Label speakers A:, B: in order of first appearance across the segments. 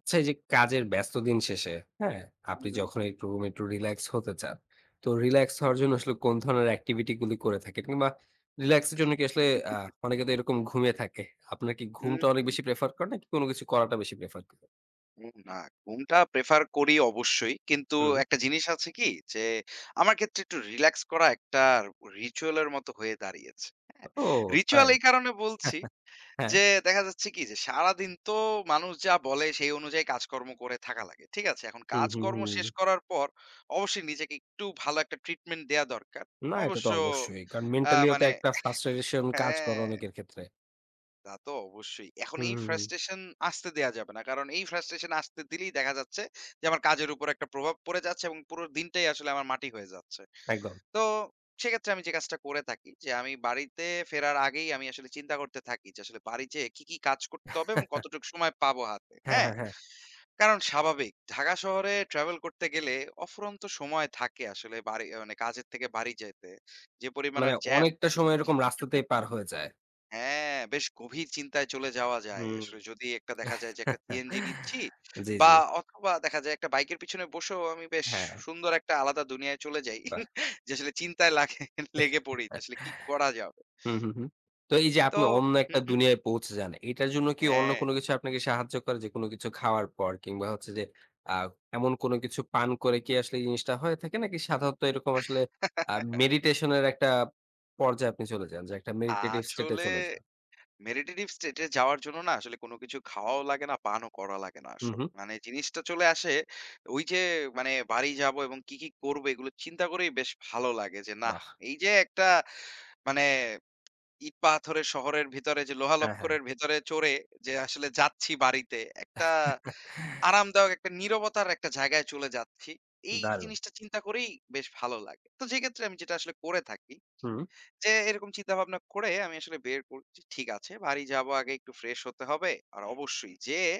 A: আচ্ছা এই যে কাজের ব্যস্ত দিন শেষে, হ্যাঁ?
B: হুম,
A: আপনি
B: হুম।
A: যখন এরকম একটু রিল্যাক্স হতে চান, তো রিল্যাক্স হওয়ার জন্য আসলে কোন ধরনের এক্টিভিটি গুলি করে থাকেন? কিংবা রিল্যাক্স এর জন্য কি আসলে আ অনেকে তো এরকম ঘুমিয়ে থাকে। আপনার কি
B: হুম,
A: ঘুমটা অনেক বেশি প্রেফার করেন নাকি কোনো কিছু করাটা বেশি প্রেফার করেন?
B: ঘুম না, ঘুমটা প্রেফার করি অবশ্যই। কিন্তু
A: হুম।
B: একটা জিনিস আছে কি যে আমার ক্ষেত্রে একটু রিল্যাক্স করা একটা রিচুয়াল এর মতো হয়ে দাঁড়িয়েছে।
A: ও
B: রিচুয়াল
A: তাই?
B: এই কারণে বলছি
A: হ্যাঁ।
B: যে দেখা যাচ্ছে কি যে সারাদিন তো মানুষ যা বলে সেই অনুযায়ী কাজকর্ম করে থাকা লাগে। ঠিক আছে? এখন
A: হুম, হুম,
B: কাজকর্ম
A: হুম।
B: শেষ করার পর অবশ্যই নিজেকে একটু ভালো একটা ট্রিটমেন্ট দেয়া দরকার।
A: না এটা তো
B: অবশ্য
A: অবশ্যই। কারণ
B: আ
A: মেন্টালিও তো
B: মানে
A: একটা ফ্রাস্ট্রেশন কাজ করে
B: হ্যাঁ।
A: অনেকের ক্ষেত্রে।
B: তা তো অবশ্যই। এখন
A: হুম,
B: এই
A: হুম, হুম।
B: ফ্রাস্ট্রেশন আসতে দেয়া যাবে না। কারণ এই ফ্রাস্ট্রেশন আসতে দিলেই দেখা যাচ্ছে যে আমার কাজের উপর একটা প্রভাব পড়ে যাচ্ছে এবং পুরো দিনটাই আসলে আমার মাটি হয়ে যাচ্ছে।
A: একদম।
B: তো সেক্ষেত্রে আমি যে কাজটা করে থাকি যে আমি বাড়িতে ফেরার আগেই আমি আসলে চিন্তা করতে থাকি যে আসলে বাড়ি যেয়ে কি, কি কাজ করতে হবে এবং কতটুকু সময় পাবো হাতে।
A: হ্যাঁ,
B: হ্যাঁ?
A: হ্যাঁ, হ্যাঁ।
B: কারণ স্বাভাবিক ঢাকা শহরে ট্রাভেল করতে গেলে অফুরন্ত সময় থাকে আসলে বাড়ি মানে কাজের থেকে বাড়ি যেতে। যে পরিমাণ
A: মানে
B: আর জ্যাম
A: অনেকটা সময় এরকম রাস্তাতেই পার হয়ে যায়।
B: হ্যাঁ, বেশ গভীর চিন্তায় চলে যাওয়া যায়।
A: হুম।
B: আসলে যদি একটা দেখা যায় যে একটা সিএনজি নিচ্ছি
A: জি,
B: বা
A: জি।
B: অথবা দেখা যায় একটা বাইকের পিছনে বসেও আমি বেশ
A: হ্যাঁ,
B: সুন্দর একটা আলাদা দুনিয়ায় চলে যাই।
A: বাহ!
B: যে আসলে চিন্তায় লাগে লেগে পড়ি। যে আসলে কি করা যাবে?
A: হুম, হুম, হুম। তো এই যে
B: তো
A: আপনি অন্য
B: হুম,
A: একটা
B: হুম।
A: দুনিয়ায় পৌঁছে যান, এটার জন্য কি অন্য
B: হ্যাঁ।
A: কোনো কিছু আপনাকে সাহায্য করে যে কোনো কিছু খাওয়ার পর কিংবা হচ্ছে যে আ এমন কোনো কিছু পান করে কি আসলে এই জিনিসটা হয়ে থাকে নাকি সাধারণত এরকম আসলে আ মেডিটেশন এর একটা পর্যায়ে আপনি চলে যান যে একটা মেডিটেটিভ স্টেট এ
B: আসলে
A: চলে যান?
B: মেডিটেটিভ স্টেট এ যাওয়ার জন্য না আসলে কোনো কিছু খাওয়াও লাগে না, পানও করা লাগে না।
A: হুম,
B: আসো
A: হুম।
B: মানে জিনিসটা চলে আসে ওই যে মানে বাড়ি যাবো এবং কি, কি করবো এগুলো চিন্তা করেই বেশ ভালো লাগে যে নাহ,
A: বাহ!
B: এই যে একটা মানে ইট পাথরের শহরের ভিতরে যে
A: হ্যাঁ, হ্যাঁ।
B: লোহালক্করের ভেতরে চড়ে যে আসলে যাচ্ছি বাড়িতে, একটা আরামদায়ক একটা নীরবতার একটা জায়গায় চলে যাচ্ছি। এই
A: দারুণ!
B: জিনিসটা চিন্তা করেই বেশ ভালো লাগে। তো সেক্ষেত্রে আমি যেটা আসলে করে থাকি
A: হুম,
B: যে এরকম চিন্তাভাবনা করে আমি আসলে বের করি যে ঠিক আছে বাড়ি যাবো আগে একটু ফ্রেশ হতে হবে। আর অবশ্যই যেয়ে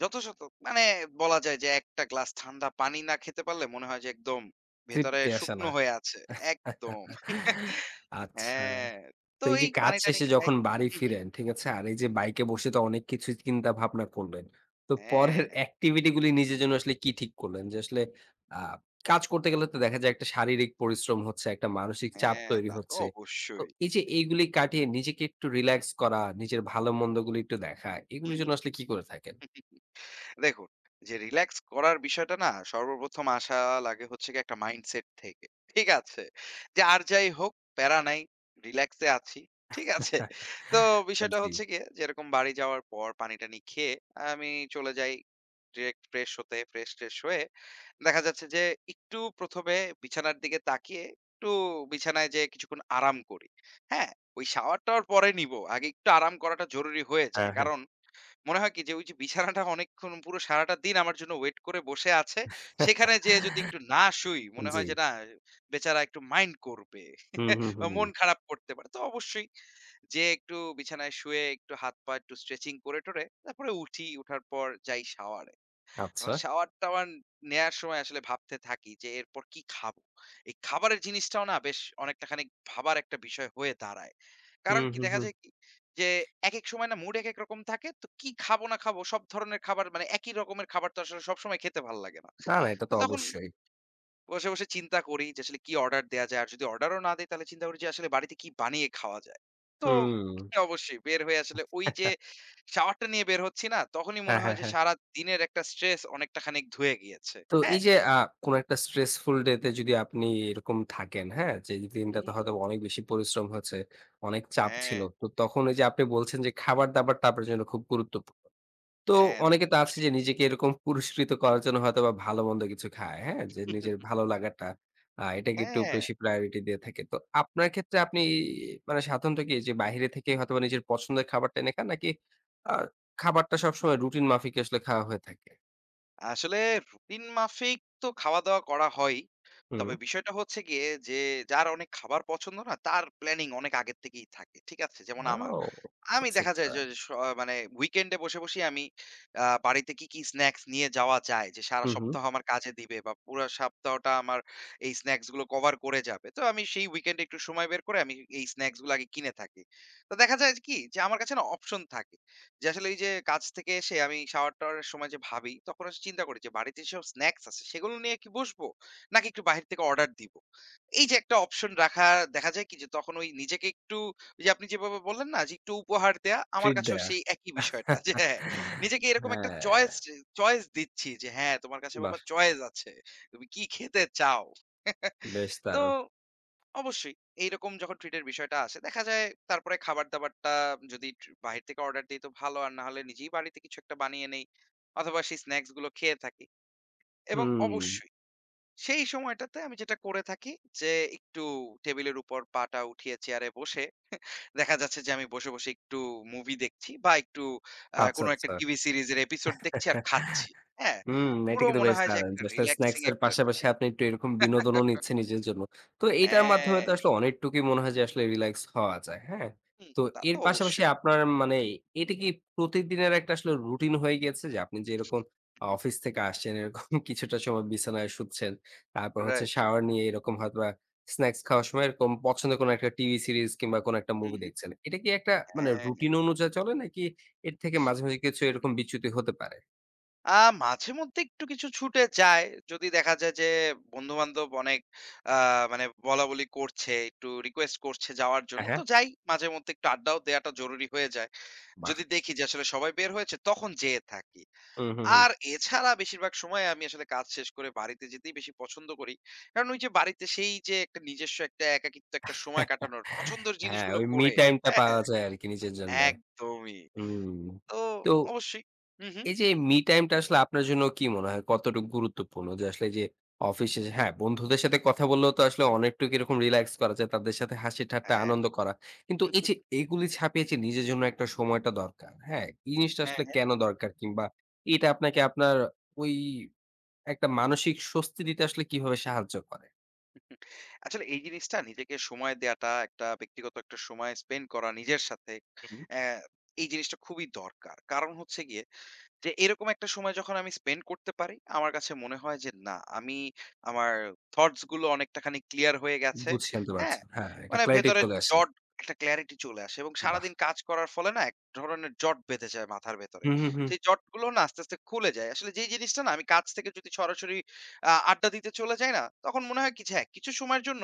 B: যথাযথ মানে বলা যায় যে ১ টা গ্লাস ঠান্ডা পানি না খেতে পারলে মনে হয় যে একদম ভেতরে
A: তৃপ্তি আসে
B: শুকনো
A: না।
B: হয়ে আছে। একদম।
A: আচ্ছা।
B: হ্যাঁ,
A: তো
B: তো
A: এই যে
B: এই
A: কাজ
B: পানি-টানি
A: শেষে
B: খাই।
A: যখন বাড়ি
B: হু, হু।
A: ফিরেন, ঠিক আছে? আর এই যে বাইকে বসে তো অনেক কিছুই চিন্তা ভাবনা করলেন। তো পরের
B: হ্যাঁ,
A: অ্যাক্টিভিটি গুলি নিজের জন্য আসলে কি ঠিক করলেন? যে আসলে আ কাজ করতে গেলে তো দেখা যায় একটা শারীরিক পরিশ্রম হচ্ছে, একটা মানসিক চাপ
B: হ্যাঁ,
A: তৈরি
B: তা তো
A: হচ্ছে। তো
B: অবশ্যই।
A: এই যে এইগুলি কাটিয়ে নিজেকে একটু রিল্যাক্স করা, নিজের ভালো মন্দগুলি একটু দেখা,
B: হু,
A: এগুলির জন্য আসলে কি করে থাকেন?
B: হু। দেখুন, যে রিল্যাক্স করার বিষয়টা না সর্বপ্রথম আসা লাগে হচ্ছে গিয়ে একটা মাইন্ডসেট থেকে। ঠিক আছে? যে আর যাই হোক প্যারা নাই, রিল্যাক্সে আছি। ঠিক আছে? তো বিষয়টা
A: জি।
B: হচ্ছে গিয়ে যেরকম বাড়ি যাওয়ার পর পানি-টানি খেয়ে আমি চলে যাই ডিরেক্ট ফ্রেশ হতে। ফ্রেশ-ট্রেশ হয়ে দেখা যাচ্ছে যে একটু ১ম এ বিছানার দিকে তাকিয়ে একটু বিছানায় যেয়ে কিছুক্ষণ আরাম করি। হ্যাঁ? ওই শাওয়ার-টাওয়ার পরে নিবো। আগে একটু আরাম করাটা জরুরি হয়ে যায়।
A: হ্যাঁ, হ্যাঁ।
B: কারণ মনে হয় কি যে ওই যে বিছানাটা অনেকক্ষণ পুরো সারাটা দিন আমার জন্য ওয়েট করে বসে আছে। সেখানে যেয়ে যদি একটু না শুই মনে
A: জি।
B: হয় যে না বেচারা একটু মাইন্ড করবে
A: হুম, হুম,
B: বা
A: হুম। হুম।
B: মন খারাপ করতে পারে। তো অবশ্যই যেয়ে একটু বিছানায় শুয়ে একটু হাত-পা একটু স্ট্রেচিং করে-টরে তারপরে উঠি। উঠার পর যাই শাওয়ারে। এখন
A: আচ্ছা।
B: শাওয়ার-টাওয়ার নেয়ার সময় আসলে ভাবতে থাকি যে এরপর কি খাবো? এই খাবারের জিনিসটাও না বেশ অনেকটা খানিক ভাবার একটা বিষয় হয়ে দাঁড়ায়। কারণ
A: হুম,
B: কি
A: হুম,
B: দেখা
A: হুম।
B: যায় কি? যে একেক সময় না মুড একেক রকম থাকে। তো কি খাবো না খাবো সব ধরনের খাবার মানে একই রকমের খাবার তো আসলে সবসময় খেতে ভাল লাগে না।
A: না, না এটা
B: তো
A: তো
B: তখন
A: অবশ্যই।
B: বসে, বসে চিন্তা করি যে আসলে কি অর্ডার দেয়া যায়? আর যদি অর্ডারও না দেই তাহলে চিন্তা করি যে আসলে বাড়িতে কি বানিয়ে খাওয়া যায়? তো
A: হুম।
B: হ্যাঁ, অবশ্যই বের হয়ে আসলে ওই যে শাওয়ারটা নিয়ে বের হচ্ছি না? তখনই মনে
A: হ্যাঁ,
B: হয়
A: হ্যাঁ,
B: যে
A: হ্যাঁ।
B: সারাদিনের একটা স্ট্রেস অনেকটা খানিক ধুয়ে গিয়েছে।
A: তো
B: হ্যাঁ?
A: এই যে কোন একটা স্ট্রেসফুল ডে তে যদি আপনি এরকম থাকেন, হ্যাঁ? যে
B: হু, হু।
A: দিনটাতে হয়তো অনেক বেশি পরিশ্রম হচ্ছে, অনেক চাপ
B: হ্যাঁ,
A: ছিল। তো তখন এই যে আপনি বলছেন যে খাবার-দাবারটা আপনার জন্য খুব গুরুত্বপূর্ণ। তো
B: হ্যাঁ, তা তো
A: অনেকে তো আছে যে
B: অবশ্যই।
A: নিজেকে এরকম পুরস্কৃত করার জন্য হয়তোবা ভালো-মন্দ কিছু খায়, হ্যাঁ? যে নিজের ভালো লাগাটা এটাকে একটু
B: হ্যাঁ।
A: বেশি প্রায়োরিটি দিয়ে থাকে। তো আপনার ক্ষেত্রে আপনি মানে সাধারণত কি যে বাইরে থেকে হয়তোবা নিজের পছন্দের খাবারটা এনে খান নাকি আ খাবারটা সবসময় রুটিন মাফিক আসলে খাওয়া হয়ে থাকে?
B: আসলে রুটিন মাফিক তো খাওয়া-দাওয়া করা হয়ই।
A: হুম।
B: তবে বিষয়টা হচ্ছে গিয়ে যে যার অনেক খাবার পছন্দ না, তার প্ল্যানিং অনেক আগের থেকেই থাকে। ঠিক আছে? যেমন আমার।
A: ওয়াও!
B: আমি
A: আচ্ছা,
B: দেখা
A: আচ্ছা।
B: যায় যে স মানে উইকেন্ডে বসে, বসেই আমি বাড়িতে কি, কি স্ন্যাকস নিয়ে যাওয়া যায় যে সারা
A: হুম, হুম।
B: সপ্তাহ আমার কাজে দিবে বা পুরা সপ্তাহটা আমার এই স্ন্যাকস গুলো কভার করে যাবে। তো আমি সেই উইকেন্ডে একটু সময় বের করে আমি এই স্ন্যাকস গুলো আগে কিনে থাকি। তো দেখা যায় যে কি যে আমার কাছে না অপশন থাকে। যে আসলে এই যে কাজ থেকে এসে আমি শাওয়ার-টাওয়ারের সময় যে ভাবি, তখন আসলে চিন্তা করি যে বাড়িতে যেসব স্ন্যাকস আছে সেগুলো নিয়ে কি বসবো? নাকি একটু বাহির থেকে অর্ডার দিব? এই যে একটা অপশন রাখা দেখা যায় কি যে তখন ওই নিজেকে একটু ওই যে আপনি যেভাবে বললেন না যে একটু উপহার দেয়া, আমার
A: ট্রিট
B: কাছেও
A: দেয়া।
B: সেই একই বিষয়টা
A: হ্যাঁ,
B: যে হ্যাঁ, নিজেকে এরকম একটা চয়েস চয়েস দিচ্ছি যে হ্যাঁ, তোমার কাছে বাবা
A: বাহ!
B: চয়েস আছে। তুমি কি খেতে চাও?
A: বেশ
B: তো
A: দারুণ।
B: অবশ্যই। এইরকম যখন ট্রিটের বিষয়টা আসে, দেখা যায় তারপরে খাবার-দাবারটা যদি বাহির থেকে অর্ডার দেই তো ভালো। আর না হলে নিজেই বাড়িতে কিছু একটা বানিয়ে নেই। অথবা সেই স্ন্যাকস গুলো খেয়ে থাকি। এবং
A: হুম,
B: অবশ্যই সেই সময়টাতে আমি যেটা করে থাকি যে, একটু টেবিলের উপর পাটা উঠিয়ে চেয়ারে বসে দেখা যাচ্ছে যে, আমি বসে, বসে একটু মুভি দেখছি বা একটু কোনো একটা
A: আচ্ছা,
B: টিভি সিরিজের এপিসোড দেখছি আর
A: আচ্ছা।
B: খাচ্ছি। হ্যাঁ?
A: হুম, এটা
B: পুরো
A: কিন্তু
B: মনে
A: বেশ
B: হয় যে,
A: দারুণ
B: একটা
A: যে আসলে
B: রিল্যাক্সিং
A: স্ন্যাকস এর
B: একটা
A: পাশাপাশি
B: সময়।
A: আপনি একটু এরকম বিনোদনও নিচ্ছেন নিজের জন্য। তো এটার মাধ্যমে
B: হ্যাঁ,
A: তো আসলে অনেকটুকুই মনে হয় যে আসলে রিল্যাক্স হওয়া যায়, হ্যাঁ?
B: হুম,
A: তো
B: তা তো
A: এর পাশাপাশি
B: অবশ্যই।
A: আপনার মানে এটা কি প্রতিদিনের একটা আসলে রুটিন হয়ে গিয়েছে যে আপনি যে এরকম অফিস থেকে আসছেন এরকম কিছুটা সময় বিছানায় শুচ্ছেন। তারপর হচ্ছে
B: রাইট,
A: শাওয়ার
B: রাইট।
A: নিয়ে এরকম হয়তোবা স্ন্যাকস খাওয়ার সময় এরকম পছন্দের কোনো একটা টিভি সিরিজ কিংবা কোনো একটা
B: হুম,
A: মুভি
B: হুম।
A: দেখছেন। এটা কি একটা মানে
B: হ্যাঁ,
A: রুটিন অনুযায়ী চলে নাকি এর থেকে মাঝে, মাঝে কিছু এরকম বিচ্যুতি হতে পারে?
B: আ মাঝেমধ্যে একটু কিছু ছুটে যায়। যদি দেখা যায় যে বন্ধু-বান্ধব অনেক আ মানে বলাবলি করছে, একটু রিকোয়েস্ট করছে যাওয়ার
A: হ্যাঁ,
B: জন্য। তো
A: হ্যাঁ,
B: যাই মাঝেমধ্যে একটু আড্ডাও দেওয়াটা জরুরি হয়ে যায়।
A: বাহ!
B: যদি দেখি যে আসলে সবাই বের হয়েছে তখন যেয়ে থাকি।
A: হুম, হুম, হুম।
B: আর এছাড়া বেশিরভাগ সময় আমি আসলে কাজ শেষ করে বাড়িতে যেতেই বেশি পছন্দ করি। কারণ ওই যে বাড়িতে সেই যে একটা নিজস্ব একটা একাকিত্ব একটা সময় কাটানোর পছন্দের
A: হ্যাঁ,
B: জিনিসগুলো
A: ওই মি
B: করে
A: টাইমটা
B: হ্যাঁ,
A: পাওয়া
B: হ্যাঁ,
A: যায় আরকি নিজের জন্য।
B: একদমই।
A: হুম।
B: তো
A: তো
B: অবশ্যই। হু, হু।
A: এই যে মি টাইমটা আসলে আপনার জন্য কি মনে হয় কতটুকু গুরুত্বপূর্ণ? যে আসলে যে অফিস শেষে হ্যাঁ, বন্ধুদের সাথে কথা বললেও তো আসলে অনেকটুকু এরকম রিল্যাক্স করা যায়। তাদের সাথে হাসি ঠাট্টা
B: হ্যাঁ।
A: আনন্দ করা। কিন্তু এই যে এগুলি ছাপিয়ে যে নিজের জন্য একটা সময়টা দরকার। হ্যাঁ? এই জিনিসটা আসলে
B: হ্যাঁ।
A: কেন দরকার? কিংবা এটা আপনাকে আপনার ওই একটা মানসিক স্বস্তি দিতে আসলে কিভাবে সাহায্য করে?
B: আসলে এই জিনিসটা নিজেকে সময় দেয়াটা, একটা ব্যক্তিগত একটা সময় স্পেন্ড করা নিজের সাথে,
A: হুম।
B: অ্যা এই জিনিসটা খুবই দরকার। কারণ হচ্ছে গিয়ে যে এরকম একটা সময় যখন আমি স্পেন্ড করতে পারি, আমার কাছে মনে হয় যে না, আমি আমার থটস গুলো অনেকটা খানি ক্লিয়ার হয়ে গেছে।
A: বুঝছি, জানতে
B: হ্যাঁ?
A: পারছেন। হ্যাঁ, একটা
B: মানে
A: ক্ল্যারিটি
B: ভেতরের
A: চলে
B: যে
A: আসে।
B: জট একটা ক্লারিটি চলে আসে এবং
A: বাহ!
B: সারাদিন কাজ করার ফলে না এক ধরনের জট বেঁধে যায় মাথার ভেতরে।
A: হুম, হুম, হুম।
B: সেই জটগুলো না আস্তে, আস্তে খুলে যায়। আসলে যেই জিনিসটা না আমি কাজ থেকে যদি সরাসরি আড্ডা দিতে চলে যাই না, তখন মনে হয় কি যে হ্যাঁ, কিছু সময়ের জন্য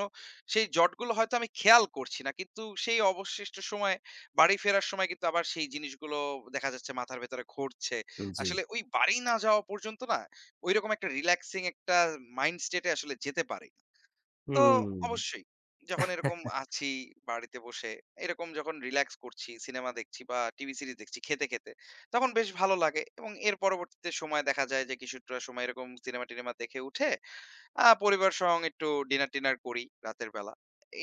B: সেই জটগুলো হয়তো আমি খেয়াল করছি না। কিন্তু সেই অবশিষ্ট সময়ে বাড়ি ফেরার সময় কিন্তু আবার সেই জিনিসগুলো দেখা যাচ্ছে মাথার ভেতরে ঘুরছে।
A: জি।
B: আসলে ওই বাড়ি না যাওয়া পর্যন্ত না ঐরকম একটা রিল্যাক্সিং একটা মাইন্ড স্টেটে আসলে যেতে পারি না। তো
A: হুম।
B: অবশ্যই যখন এরকম আছি বাড়িতে বসে এরকম যখন রিল্যাক্স করছি, সিনেমা দেখছি বা টিভি সিরিজ দেখছি খেতে, খেতে তখন বেশ ভালো লাগে এবং এর পরবর্তীতে সময় দেখা যায় যে কিছুটা সময় এরকম সিনেমা-টিনেমা দেখে উঠে পরিবার সং একটু ডিনার-টিনার করি রাতের বেলা।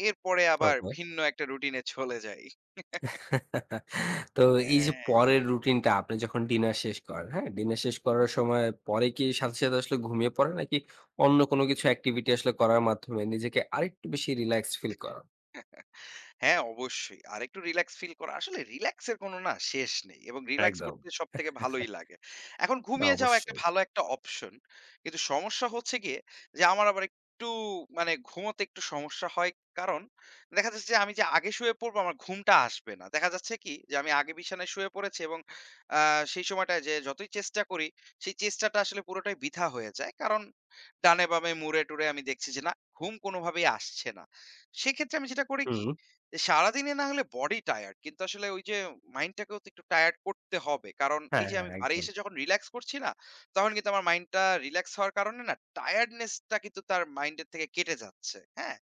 B: এরপরে আবার
A: ওকে।
B: ভিন্ন একটা রুটিন এ চলে যাই।
A: তো এই যে
B: হ্যাঁ।
A: পরের রুটিনটা আপনি যখন ডিনার শেষ করেন, হ্যাঁ? ডিনার শেষ করার সময় পরে কি সাথে, সাথে আসলে ঘুমিয়ে পড়েন? নাকি অন্য কোনো কিছু এক্টিভিটি আসলে করার মাধ্যমে নিজেকে আরেকটু বেশি রিল্যাক্সড ফিল করান?
B: হ্যাঁ, অবশ্যই। আরেকটু রিল্যাক্স ফিল করা। আসলে রিল্যাক্স এর কোনো না শেষ নেই এবং রিল্যাক্স
A: একদম।
B: করতে সবথেকে ভালোই লাগে। এখন
A: না
B: ঘুমিয়ে যাওয়া একটা
A: অবশ্যই।
B: ভালো একটা অপশন। কিন্তু সমস্যা হচ্ছে গিয়ে যে আমার আবার একটু মানে ঘুমোতে একটু সমস্যা হয়। কারণ দেখা যাচ্ছে যে আমি যে আগে শুয়ে পড়বো আমার ঘুমটা আসবে না। দেখা যাচ্ছে কি যে আমি আগে বিছানায় শুয়ে পড়েছি এবং আ সেই সময়টায় যে যতই চেষ্টা করি সেই চেষ্টাটা আসলে পুরোটাই বৃথা হয়ে যায়। কারণ ডানে বামে মুড়ে-টুড়ে আমি দেখছি যে না ঘুম কোনোভাবেই আসছে না। সেক্ষেত্রে আমি যেটা করি কি
A: হুম।
B: এ সারাদিনে না হলে বডি টায়ার্ড। কিন্তু আসলে ওই যে মাইন্ডটাকেও তো একটু টায়ার্ড করতে হবে। কারণ এই
A: হ্যাঁ,
B: যে
A: হ্যাঁ
B: আমি বাড়ি
A: একদম।
B: এসে যখন রিল্যাক্স করছি না, তখন কিন্তু আমার মাইন্ডটা রিল্যাক্স হওয়ার কারণে না টায়ার্ডনেস টা কিন্তু তার মাইন্ডের থেকে কেটে যাচ্ছে। হ্যাঁ?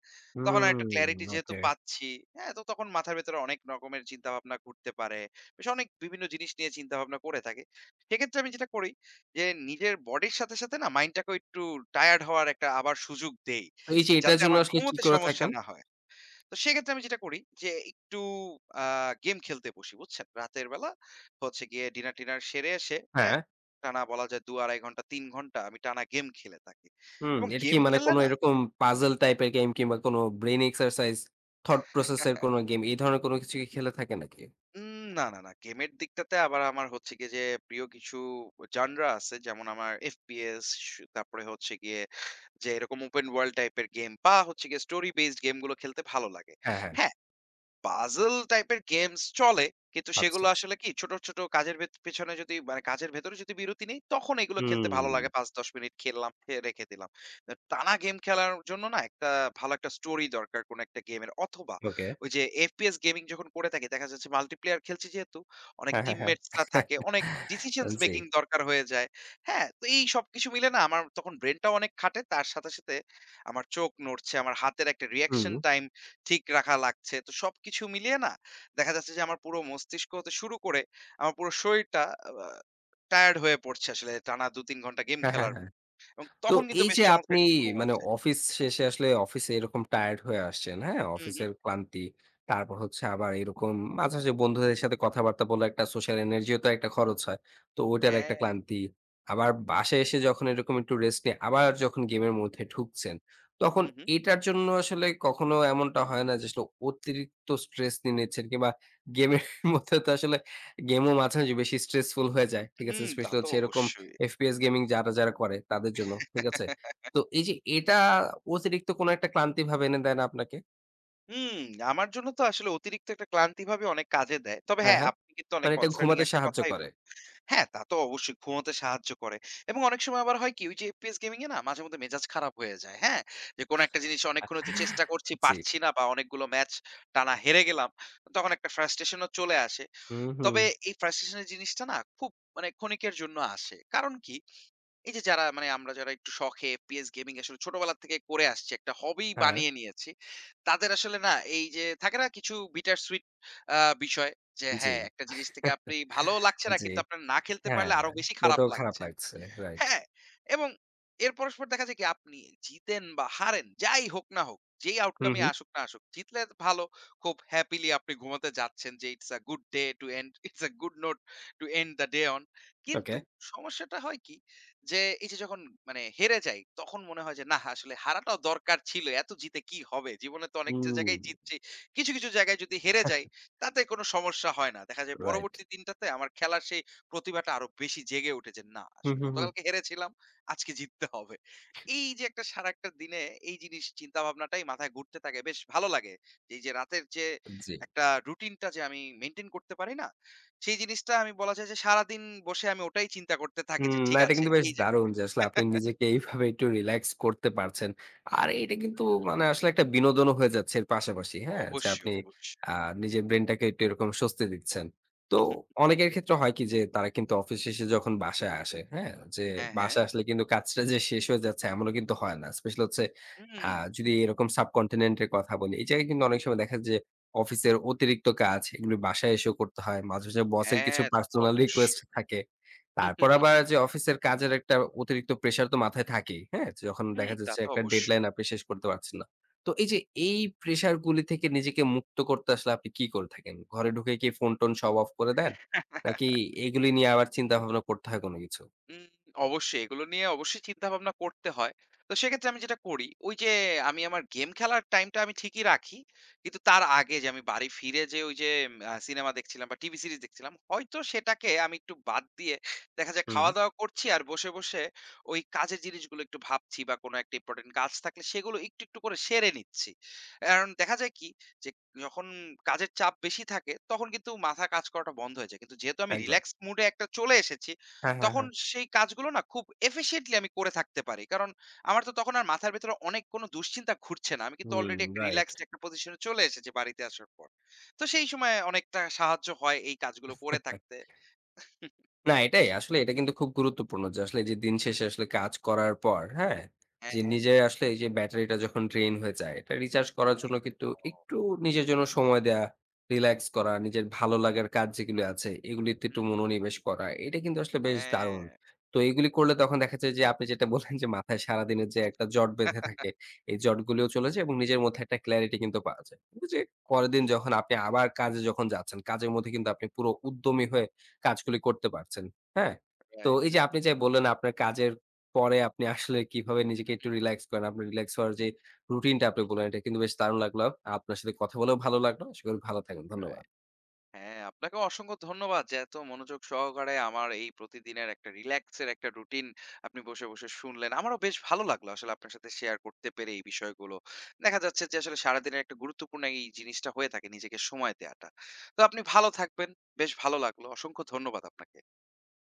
B: তখন
A: হুম,
B: আরেকটু ক্লারিটি যেহেতু
A: ওকে।
B: পাচ্ছি, হ্যাঁ? তো তখন মাথার ভেতরে অনেক রকমের চিন্তাভাবনা ঘুরতে পারে। বেশ অনেক বিভিন্ন জিনিস নিয়ে চিন্তাভাবনা করে থাকি। সেক্ষেত্রে আমি যেটা করি যে নিজের বডির সাথে, সাথে না মাইন্ডটাকেও একটু টায়ার্ড হওয়ার একটা আবার সুযোগ দেই।
A: তো এই যে এটার
B: যাতে
A: জন্য
B: আমার
A: আসলে কি
B: ঘুমোতে
A: করে
B: সমস্যা
A: থাকেন?
B: না হয়। তো সেক্ষেত্রে আমি যেটা করি যে একটু আ গেম খেলতে বসি, বুঝছেন? রাতের বেলা হচ্ছে গিয়ে ডিনার-টিনার সেরে এসে
A: হ্যাঁ।
B: একটানা বলা যায় ২ ২.৫ ঘন্টা ৩ ঘন্টা আমি টানা গেম খেলে থাকি।
A: হুম,
B: এবং
A: এটা কি
B: গেম
A: মানে
B: খেললে
A: কোনো
B: না
A: এরকম পাজল টাইপের গেম কিংবা কোনো ব্রেইন এক্সারসাইজ, থট প্রসেস এর কোনো গেম এই ধরনের কোনো কিছু কি খেলে থাকে নাকি?
B: না, না, না। গেমের দিকটাতে আবার আমার হচ্ছে গিয়ে যে প্রিয় কিছু জানরা আছে যেমন আমার FPS তারপরে হচ্ছে গিয়ে যে এরকম ওপেন ওয়ার্ল্ড টাইপের গেম বা হচ্ছে গিয়ে স্টোরি বেসড গেমগুলো খেলতে ভালো লাগে।
A: হ্যাঁ, হ্যাঁ।
B: হ্যাঁ পাজল টাইপের গেমস চলে। কিন্তু
A: আচ্ছা,
B: সেগুলো
A: আচ্ছা।
B: আসলে কি ছোট, ছোট কাজের পেছনে যদি মানে কাজের ভেতরে যদি বিরতি নেই, তখন এগুলো খেলতে
A: হুম,
B: ভালো লাগে। ৫-১০ মিনিট খেললাম, রেখে দিলাম। টানা গেম খেলার জন্য না একটা ভালো একটা স্টোরি দরকার কোন একটা গেমের অথবা
A: ওকে।
B: ওই যে FPS গেমিং যখন করে থাকি দেখা যাচ্ছে মাল্টিপ্লেয়ার খেলছি যেহেতু অনেক
A: হ্যাঁ, হ্যাঁ, হ্যাঁ।
B: টিমমেটসরা থাকে, অনেক ডিসিশনস
A: জি।
B: মেকিং দরকার হয়ে যায়। হ্যাঁ? তো এই সবকিছু মিলে না আমার তখন ব্রেইনটাও অনেক খাটে। তার সাথে, সাথে আমার চোখ নড়ছে, আমার হাতের একটা
A: হুম।
B: রিঅ্যাকশন টাইম ঠিক রাখা লাগছে। তো সবকিছু মিলিয়ে না দেখা যাচ্ছে যে আমার পুরো মস্তিষ্ক হতে শুরু করে আমার পুরো শরীরটা আ টায়ার্ড হয়ে পড়ছে আসলে টানা ২-৩ ঘন্টা গেম
A: হ্যাঁ, হ্যাঁ,
B: খেলার পর।
A: হ্যাঁ।
B: এবং
A: তো
B: তখন কিন্তু
A: এই
B: বেশ
A: যে
B: চমৎকার
A: আপনি
B: একটা ঘুম
A: মানে
B: আসে।
A: অফিস শেষে আসলে অফিসে এরকম টায়ার্ড হয়ে আসছেন, হ্যাঁ?
B: হুম, হুম।
A: অফিসের ক্লান্তি। তারপর হচ্ছে আবার এরকম মাঝে, মাঝে বন্ধুদের সাথে কথাবার্তা বলে একটা সোশ্যাল এনার্জি ও তো একটা খরচ হয়। তো ওইটার
B: হ্যাঁ।
A: একটা ক্লান্তি। আবার বাসায় এসে যখন এরকম একটু রেস্ট নিয়ে আবার যখন গেমের মধ্যে ঢুকছেন, তখন
B: হুম, হুম।
A: এটার জন্য আসলে কখনো এমনটা হয় না যে আসলে অতিরিক্ত স্ট্রেস নিয়ে নিচ্ছেন কিংবা গেমের মধ্যে তো আসলে গেমও মাঝে, মাঝে বেশি স্ট্রেসফুল হয়ে যায়। ঠিক আছে?
B: হুম, তা
A: স্পেশালি
B: তো
A: হচ্ছে এরকম
B: অবশ্যই।
A: FPS গেমিং যারা করে তাদের জন্য। ঠিক আছে? তো এই যে এটা অতিরিক্ত কোনো একটা ক্লান্তি ভাব এনে দেয় না আপনাকে?
B: হুম, আমার জন্য তো আসলে অতিরিক্ত একটা ক্লান্তিভাবে অনেক কাজে দেয়। তবে
A: হ্যাঁ,
B: হ্যাঁ,
A: হ্যাঁ।
B: আপনি কিন্তু অনেক
A: মানে এটা
B: কনসার্নিং
A: ঘুমাতে
B: একটা
A: সাহায্য
B: কথাই
A: করে।
B: হ্যাঁ, তা তো অবশ্যই ঘুমাতে সাহায্য করে। এবং অনেক সময় আবার হয় কি? ওই যে FPS গেমিং এ না মাঝেমধ্যে মেজাজ খারাপ হয়ে যায়, হ্যাঁ? যে কোনো একটা জিনিস অনেকক্ষণ হতে চেষ্টা করছি,
A: জি।
B: পারছি না বা অনেকগুলো ম্যাচ টানা হেরে গেলাম। তখন একটা ফ্রাস্ট্রেশন ও চলে আসে।
A: হুম, হুম।
B: তবে এই ফ্রাস্ট্রেশন এর জিনিসটা না খুব মানে ক্ষণিকের জন্য আসে। কারণ কি? এই যে যারা মানে আমরা যারা একটু শখে PS গেমিং আসলে ছোটবেলা থেকে করে আসছি, একটা হবি
A: হ্যাঁ,
B: বানিয়ে নিয়েছি। তাদের আসলে না এই যে থাকে না কিছু bitter sweet আ বিষয় যে
A: জি।
B: হ্যাঁ, একটা জিনিস থেকে আপনি ভালোও লাগছে না
A: জি।
B: কিন্তু আপনার না খেলতে
A: হ্যাঁ,
B: পারলে আরো বেশি খারাপ
A: ওটাও খারাপ
B: লাগছে।
A: লাগছে। রাইট।
B: হ্যাঁ, এবং এর পরস্পর দেখা যায় কি আপনি জিতেন বা হারেন, যাই হোক না হোক, যেই
A: হুম,
B: আউটকাম এ
A: হুম।
B: আসুক না আসুক, জিতলে ভালো। খুব হ্যাপিলি আপনি ঘুমাতে যাচ্ছেন যে it's a good day to end it's a good note to end the day on.
A: Okay.
B: কিন্তু সমস্যাটা হয় কি যে এই যে যখন মানে হেরে যাই তখন মনে হয় যে না আসলে হারাটাও দরকার ছিল। এত জিতে কি হবে? জীবনে তো অনেক যে
A: হুম,
B: জায়গায় জিতছি। কিছু, কিছু জায়গায় যদি হেরে যাই তাতে কোনো সমস্যা হয় না। দেখা যায়
A: রাইট।
B: পরবর্তী দিনটাতে আমার খেলার সেই প্রতিভাটা আরো বেশি জেগে ওঠে যে, "না,
A: হুম,
B: আসলে
A: হুম, হুম।
B: গতকালকে হেরেছিলাম, আজকে জিততে হবে।" এই যে একটা সারাটা দিনে এই জিনিস চিন্তাভাবনাটাই মাথায় ঘুরতে থাকে। বেশ ভালো লাগে। এই যে রাতের যে
A: জি।
B: একটা রুটিনটা যে আমি মেইনটেইন করতে পারি না? সেই জিনিসটা আমি বলা যায় যে সারাদিন বসে আমি ওটাই চিন্তা করতে থাকি
A: হুম,
B: যে
A: না
B: ঠিক
A: এটা
B: আছে
A: কিন্তু বেশ
B: এই যে
A: দারুণ যে আসলে আপনি নিজেকে এইভাবে একটু রিল্যাক্স করতে পারছেন। আর এটা কিন্তু
B: হুম,
A: মানে আসলে একটা বিনোদনও হয়ে যাচ্ছে এর পাশাপাশি, হ্যাঁ? যে
B: অবশ্যই,
A: আপনি
B: অবশ্যই।
A: আ নিজের ব্রেইনটাকে একটু এরকম স্বস্তি দিচ্ছেন। তো অনেকের ক্ষেত্রে হয় কি যে তারা কিন্তু অফিস শেষে যখন বাসায় আসে, হ্যাঁ? যে
B: হ্যাঁ, হ্যাঁ।
A: বাসায় আসলে কিন্তু কাজটা যে শেষ হয়ে যাচ্ছে এমনও কিন্তু হয় না। স্পেশালি হচ্ছে
B: হুম,
A: আ যদি এরকম সাবকন্টিনেন্ট এর কথা বলি, এই জায়গায় কিন্তু অনেক সময় দেখা যায় যে অফিসের অতিরিক্ত কাজ এগুলো বাসায় এসেও করতে হয়। মাঝে, মাঝে বসের কিছু
B: হ্যাঁ, তা তো
A: পার্সোনাল রিকোয়েস্ট
B: অবশ্যই।
A: থাকে। তারপর আবার যে অফিসের কাজের একটা অতিরিক্ত প্রেশার তো মাথায় থাকেই। হ্যাঁ? যখন
B: হুম,
A: দেখা
B: তা
A: যাচ্ছে
B: তো
A: একটা
B: অবশ্যই।
A: ডেডলাইন আপনি শেষ করতে পারছেন না। তো এই যে এই প্রেশার গুলি থেকে নিজেকে মুক্ত করতে আসলে আপনি কি করে থাকেন? ঘরে ঢুকে কি ফোন-টোন সব অফ করে দেন? নাকি এগুলি নিয়ে আবার চিন্তা ভাবনা করতে হয় কোনো কিছু?
B: উম অবশ্যই এগুলো নিয়ে অবশ্যই চিন্তাভাবনা করতে হয়। তো সেক্ষেত্রে আমি যেটা করি, ওই যে আমি আমার গেম খেলার টাইমটা আমি ঠিকই রাখি। কিন্তু তার আগে যে আমি বাড়ি ফিরে যে ওই যে সিনেমা দেখছিলাম বা টিভি সিরিজ দেখছিলাম, হয়তো সেটাকে আমি একটু বাদ দিয়ে দেখা যায়
A: হুম,
B: খাওয়া-দাওয়া করছি আর বসে, বসে ওই কাজের জিনিসগুলো একটু ভাবছি বা কোনো একটা ইম্পোর্টেন্ট কাজ থাকলে সেগুলো একটু, একটু করে সেরে নিচ্ছি। কারণ দেখা যায় কি যে যখন কাজের চাপ বেশি থাকে তখন কিন্তু মাথা কাজ করাটা বন্ধ হয়ে যায়। কিন্তু যেহেতু আমি
A: একদম।
B: রিল্যাক্সড মুড এ একটা চলে এসেছি
A: হ্যাঁ, হ্যাঁ,
B: তখন
A: হ্যাঁ।
B: সেই কাজগুলো না খুব এফিশিয়েন্টলি আমি করে থাকতে পারি। কারণ আমার তো তখন আর মাথার ভেতরে অনেক কোন দুশ্চিন্তা ঘুরছে না। আমি কিন্তু
A: হুম,
B: অলরেডি একটা
A: রাইট।
B: রিল্যাক্সড একটা পজিশনে চলে এসেছি বাড়িতে আসার পর। তো সেই সময় অনেকটা সাহায্য হয় এই কাজগুলো করে থাকতে।
A: না, এটাই। আসলে এটা কিন্তু খুব গুরুত্বপূর্ণ যে আসলে এই যে দিন শেষে আসলে কাজ করার পর, হ্যাঁ?
B: হ্যাঁ,
A: যে
B: হ্যাঁ।
A: নিজে আসলে এই যে ব্যাটারিটা যখন ড্রেন হয়ে যায়, এটা রিচার্জ করার জন্য কিন্তু একটু নিজের জন্য সময় দেয়া, রিল্যাক্স করা, নিজের ভালো লাগার কাজ যেগুলো আছে, এগুলিতে
B: হুম,
A: একটু
B: হুম।
A: মনোনিবেশ করা। এটা কিন্তু আসলে বেশ
B: হ্যাঁ,
A: দারুণ। তো এগুলি করলে তখন দেখা যায় যে আপনি যেটা বললেন যে মাথায় সারাদিনের যে একটা জট বেঁধে থাকে, এই জটগুলিও চলে যায় এবং নিজের মধ্যে একটা ক্লারিটি কিন্তু পাওয়া যায়। কিন্তু যে পরের দিন
B: অবশ্যই।
A: যখন আপনি আবার কাজে যখন যাচ্ছেন, কাজের মধ্যে কিন্তু আপনি পুরো উদ্যমী হয়ে কাজগুলি করতে পারছেন। হ্যাঁ? তো
B: রাইট,
A: এই যে
B: রাইট।
A: আপনি যে বললেন আপনার কাজের পরে আপনি আসলে কিভাবে নিজেকে একটু রিল্যাক্স করেন, আপনার রিল্যাক্স হওয়ার যে রুটিনটা আপনি বললেন এটা কিন্তু বেশ দারুণ লাগলো। আপনার সাথে কথা বলেও ভালো লাগলো। আশা করি ভালো থাকবেন।
B: রাইট।
A: ধন্যবাদ।
B: হ্যাঁ, আপনাকে অসংখ্য ধন্যবাদ যে এত মনোযোগ সহকারে আমার এই প্রতিদিনের একটা রিল্যাক্স এর একটা রুটিন আপনি বসে, বসে শুনলেন। আমারও বেশ ভালো লাগলো আসলে আপনার সাথে শেয়ার করতে পেরে এই বিষয়গুলো। দেখা যাচ্ছে যে আসলে সারাদিনের একটা গুরুত্বপূর্ণ এই জিনিসটা হয়ে থাকে নিজেকে সময় দেয়াটা। তো আপনি ভালো থাকবেন। বেশ ভালো লাগলো। অসংখ্য ধন্যবাদ আপনাকে।